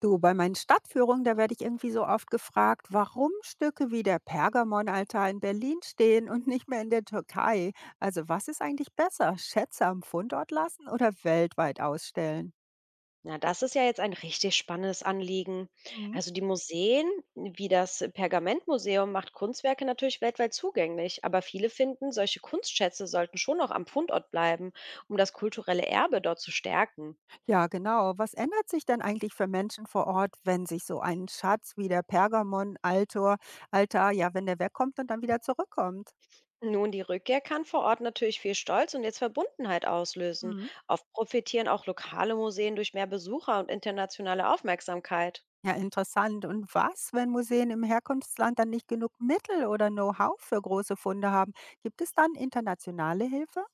Du, bei meinen Stadtführungen, da werde ich irgendwie so oft gefragt, warum Stücke wie der Pergamonaltar in Berlin stehen und nicht mehr in der Türkei. Also was ist eigentlich besser, Schätze am Fundort lassen oder weltweit ausstellen? Na, das ist ja jetzt ein richtig spannendes Anliegen. Mhm. Also die Museen, wie das Pergamentmuseum, macht Kunstwerke natürlich weltweit zugänglich, aber viele finden, solche Kunstschätze sollten schon noch am Fundort bleiben, um das kulturelle Erbe dort zu stärken. Ja, genau. Was ändert sich denn eigentlich für Menschen vor Ort, wenn sich so ein Schatz wie der Pergamonaltar, ja, wenn der wegkommt und dann wieder zurückkommt? Nun, die Rückkehr kann vor Ort natürlich viel Stolz und jetzt Verbundenheit auslösen. Hm. Oft profitieren auch lokale Museen durch mehr Besucher und internationale Aufmerksamkeit. Ja, interessant. Und was, wenn Museen im Herkunftsland dann nicht genug Mittel oder Know-how für große Funde haben? Gibt es dann internationale Hilfe?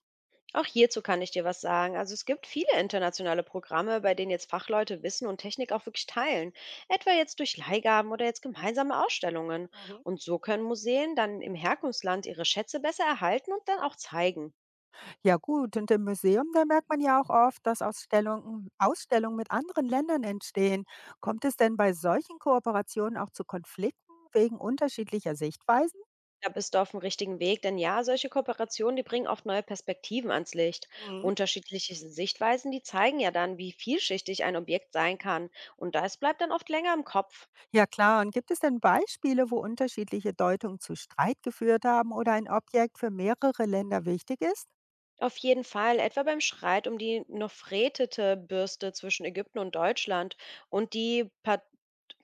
Auch hierzu kann ich dir was sagen. Also es gibt viele internationale Programme, bei denen jetzt Fachleute Wissen und Technik auch wirklich teilen. Etwa jetzt durch Leihgaben oder jetzt gemeinsame Ausstellungen. Mhm. Und so können Museen dann im Herkunftsland ihre Schätze besser erhalten und dann auch zeigen. Ja gut, und im Museum, da merkt man ja auch oft, dass Ausstellungen mit anderen Ländern entstehen. Kommt es denn bei solchen Kooperationen auch zu Konflikten wegen unterschiedlicher Sichtweisen? Da bist du auf dem richtigen Weg, denn ja, solche Kooperationen, die bringen oft neue Perspektiven ans Licht. Mhm. Unterschiedliche Sichtweisen, die zeigen ja dann, wie vielschichtig ein Objekt sein kann. Und das bleibt dann oft länger im Kopf. Ja klar, und gibt es denn Beispiele, wo unterschiedliche Deutungen zu Streit geführt haben oder ein Objekt für mehrere Länder wichtig ist? Auf jeden Fall, etwa beim Streit um die Nofretete-Bürste zwischen Ägypten und Deutschland und die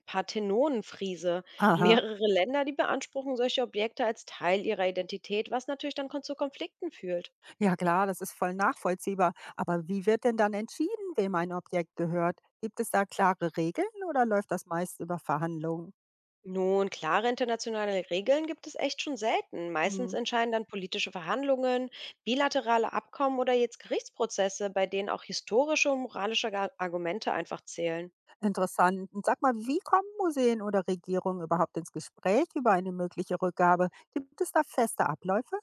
Parthenonenfriese. Aha. Mehrere Länder, die beanspruchen solche Objekte als Teil ihrer Identität, was natürlich dann zu Konflikten führt. Ja klar, das ist voll nachvollziehbar. Aber wie wird denn dann entschieden, wem ein Objekt gehört? Gibt es da klare Regeln oder läuft das meist über Verhandlungen? Nun, klare internationale Regeln gibt es echt schon selten. Meistens Hm, entscheiden dann politische Verhandlungen, bilaterale Abkommen oder jetzt Gerichtsprozesse, bei denen auch historische und moralische Argumente einfach zählen. interessant. Und sag mal, wie kommen Museen oder Regierungen überhaupt ins Gespräch über eine mögliche Rückgabe? Gibt es da feste Abläufe?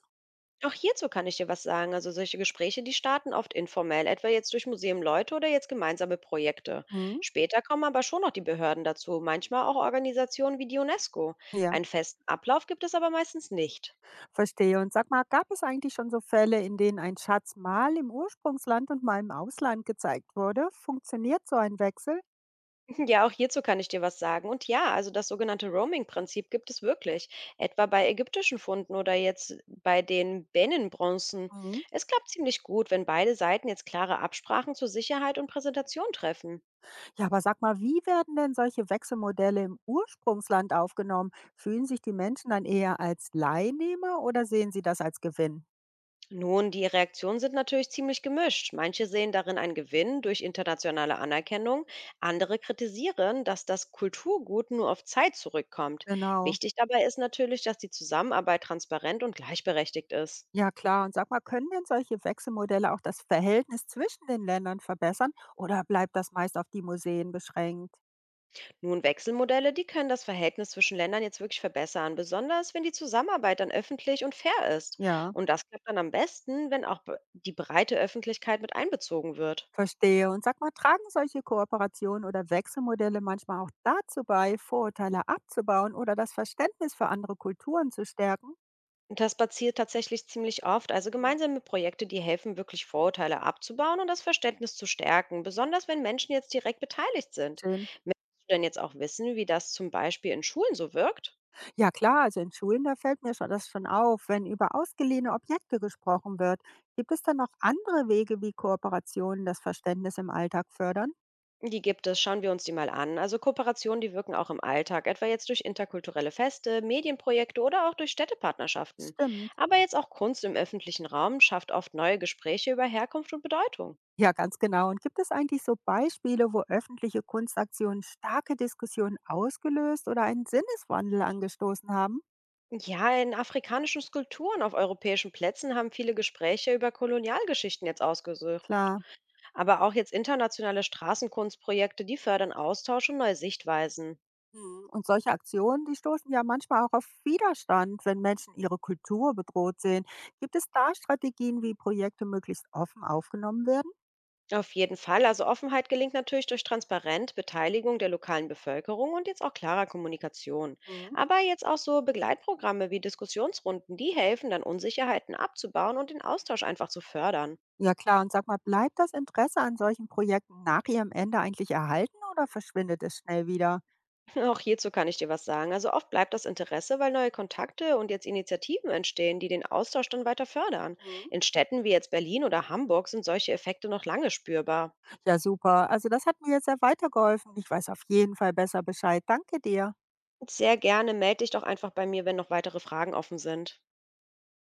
Auch hierzu kann ich dir was sagen. Also solche Gespräche, die starten oft informell, etwa jetzt durch Museum Leute oder jetzt gemeinsame Projekte. Hm, Später kommen aber schon noch die Behörden dazu, manchmal auch Organisationen wie die UNESCO. ja, Einen festen Ablauf gibt es aber meistens nicht. verstehe. Und sag mal, gab es eigentlich schon so Fälle, in denen ein Schatz mal im Ursprungsland und mal im Ausland gezeigt wurde? Funktioniert so ein Wechsel? Ja, auch hierzu kann ich dir was sagen. Und ja, also das sogenannte Roaming-Prinzip gibt es wirklich, etwa bei ägyptischen Funden oder jetzt bei den Benin-Bronzen. Hm. Es klappt ziemlich gut, wenn beide Seiten jetzt klare Absprachen zur Sicherheit und Präsentation treffen. Ja, aber sag mal, wie werden denn solche Wechselmodelle im Ursprungsland aufgenommen? Fühlen sich die Menschen dann eher als Leihnehmer oder sehen sie das als Gewinn? Nun, die Reaktionen sind natürlich ziemlich gemischt. Manche sehen darin einen Gewinn durch internationale Anerkennung, andere kritisieren, dass das Kulturgut nur auf Zeit zurückkommt. Genau. Wichtig dabei ist natürlich, dass die Zusammenarbeit transparent und gleichberechtigt ist. Ja, klar. Und sag mal, können denn solche Wechselmodelle auch das Verhältnis zwischen den Ländern verbessern oder bleibt das meist auf die Museen beschränkt? Nun, Wechselmodelle, die können das Verhältnis zwischen Ländern jetzt wirklich verbessern, besonders wenn die Zusammenarbeit dann öffentlich und fair ist. Ja, Und das klappt dann am besten, wenn auch die breite Öffentlichkeit mit einbezogen wird. verstehe. Und sag mal, tragen solche Kooperationen oder Wechselmodelle manchmal auch dazu bei, Vorurteile abzubauen oder das Verständnis für andere Kulturen zu stärken? Das passiert tatsächlich ziemlich oft. Also Mhm. gemeinsame Projekte, die helfen wirklich Vorurteile abzubauen und das Verständnis zu stärken, besonders wenn Menschen jetzt direkt beteiligt sind. Schön. Willst Du denn jetzt auch wissen, wie das zum Beispiel in Schulen so wirkt? Ja klar, also in Schulen, da fällt mir schon das schon auf. Wenn über ausgeliehene Objekte gesprochen wird, gibt es dann noch andere Wege, wie Kooperationen das Verständnis im Alltag fördern? Die gibt es, schauen wir uns die mal an. Also Kooperationen, die wirken auch im Alltag, etwa jetzt durch interkulturelle Feste, Medienprojekte oder auch durch Städtepartnerschaften. Stimmt. Aber jetzt auch Kunst im öffentlichen Raum schafft oft neue Gespräche über Herkunft und Bedeutung. Ja, ganz genau. Und gibt es eigentlich so Beispiele, wo öffentliche Kunstaktionen starke Diskussionen ausgelöst oder einen Sinneswandel angestoßen haben? Ja, in afrikanischen Skulpturen auf europäischen Plätzen haben viele Gespräche über Kolonialgeschichten jetzt ausgesucht. Klar. Aber auch jetzt internationale Straßenkunstprojekte, die fördern Austausch und neue Sichtweisen. Hm, und solche Aktionen, die stoßen ja manchmal auch auf Widerstand, wenn Menschen ihre Kultur bedroht sehen. Gibt es da Strategien, wie Projekte möglichst offen aufgenommen werden? Auf jeden Fall. Also Offenheit gelingt natürlich durch Transparenz, Beteiligung der lokalen Bevölkerung und jetzt auch klarer Kommunikation. Mhm. Aber jetzt auch so Begleitprogramme wie Diskussionsrunden, die helfen dann Unsicherheiten abzubauen und den Austausch einfach zu fördern. Ja klar, und sag mal, bleibt das Interesse an solchen Projekten nach ihrem Ende eigentlich erhalten oder verschwindet es schnell wieder? Auch hierzu kann ich dir was sagen. Also oft bleibt das Interesse, weil neue Kontakte und jetzt Initiativen entstehen, die den Austausch dann weiter fördern. Mhm. In Städten wie jetzt Berlin oder Hamburg sind solche Effekte noch lange spürbar. Ja, super. Also das hat mir jetzt sehr weitergeholfen. Ich weiß auf jeden Fall besser Bescheid. Danke dir. Sehr gerne melde dich doch einfach bei mir, wenn noch weitere Fragen offen sind.